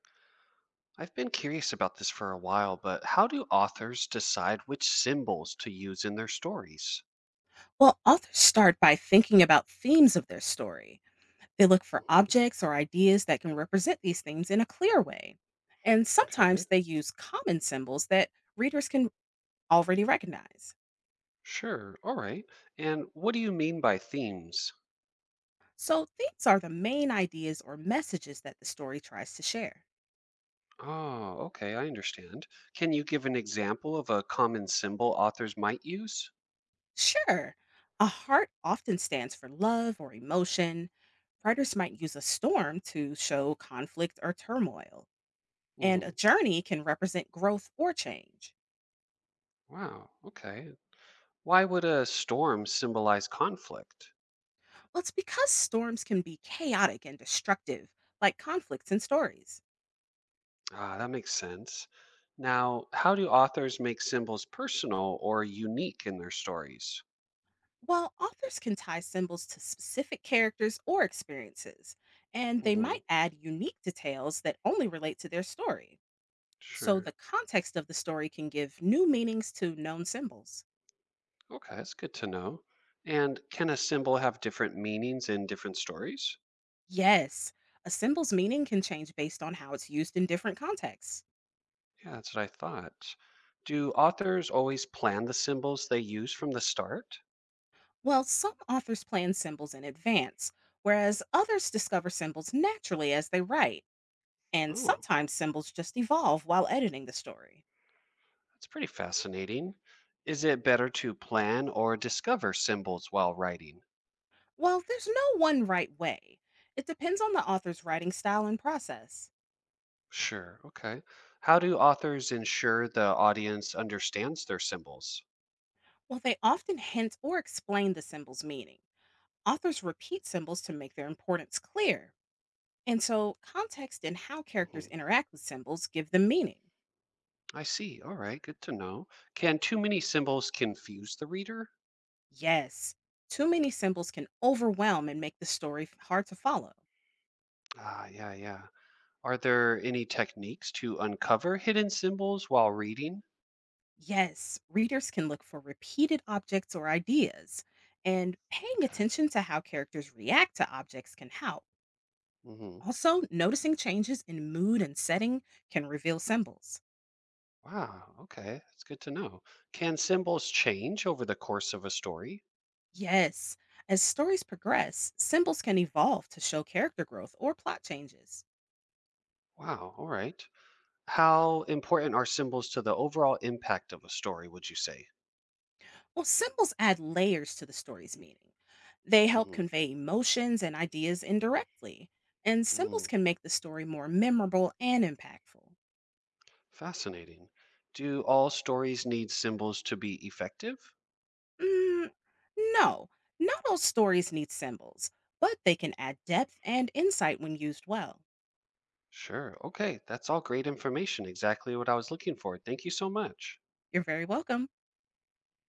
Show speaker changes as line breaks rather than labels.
I've been curious about this for a while, but how do authors decide which symbols to use in their stories?
Well, authors start by thinking about themes of their story. They look for
Mhm.
objects or ideas that can represent these themes in a clear way. And
Okay,
sometimes they use common symbols that readers can already recognize.
sure, all right. And what do you mean by themes?
So, themes are the main ideas or messages that the story tries to share.
Oh, okay, I understand. Can you give an example of a common symbol authors might use?
Sure, a heart often stands for love or emotion. Writers might use a storm to show conflict or turmoil, and
hmm
a journey can represent growth or change.
Wow, okay. Why would a storm symbolize conflict?
Well, it's because storms can be chaotic and destructive, like conflicts in stories.
Ah, that makes sense. Now, how do authors make symbols personal or unique in their stories?
While authors can tie symbols to specific characters or experiences, and they
hmm
might add unique details that only relate to their story. So the
Sure.
context of the story can give new meanings to known symbols.
Okay, that's good to know. And can a symbol have different meanings in different stories?
Yes, a symbol's meaning can change based on how it's used in different contexts.
Yeah, that's what I thought. Do authors always plan the symbols they use from the start?
Well, some authors plan symbols in advance, whereas others discover symbols naturally as they write. And
Oh,
sometimes symbols just evolve while editing the story.
that's pretty fascinating. Is it better to plan or discover symbols while writing?
Well, there's no one right way. It depends on the author's writing style and process.
Sure, okay. How do authors ensure the audience understands their symbols?
While they often hint or explain the symbol's meaning, authors repeat symbols to make their importance clear. And so, context and how characters
Mhm.
interact with symbols give them meaning.
I see. All right, good to know. Can too many symbols confuse the reader?
Yes, too many symbols can overwhelm and make the story hard to follow.
Ah, yeah, yeah. Are there any techniques to uncover hidden symbols while reading?
Yes, readers can look for repeated objects or ideas, and paying
Okay.
attention to how characters react to objects can help.
hmm
Also, noticing changes in mood and setting can reveal symbols.
Wow. Okay. That's good to know. Can symbols change over the course of a story?
Yes, as stories progress, symbols can evolve to show character growth or plot changes.
Wow. All right. How important are symbols to the overall impact of a story, would you say?
Well, symbols add layers to the story's meaning. They help
hmm
convey emotions and ideas indirectly, and symbols
Mm.
can make the story more memorable and impactful.
Fascinating. Do all stories need symbols to be effective?
Mm, no, not all stories need symbols, but they can add depth and insight when used well.
Sure. Okay. That's all great information. Exactly what I was looking for. Thank you so much.
You're very welcome.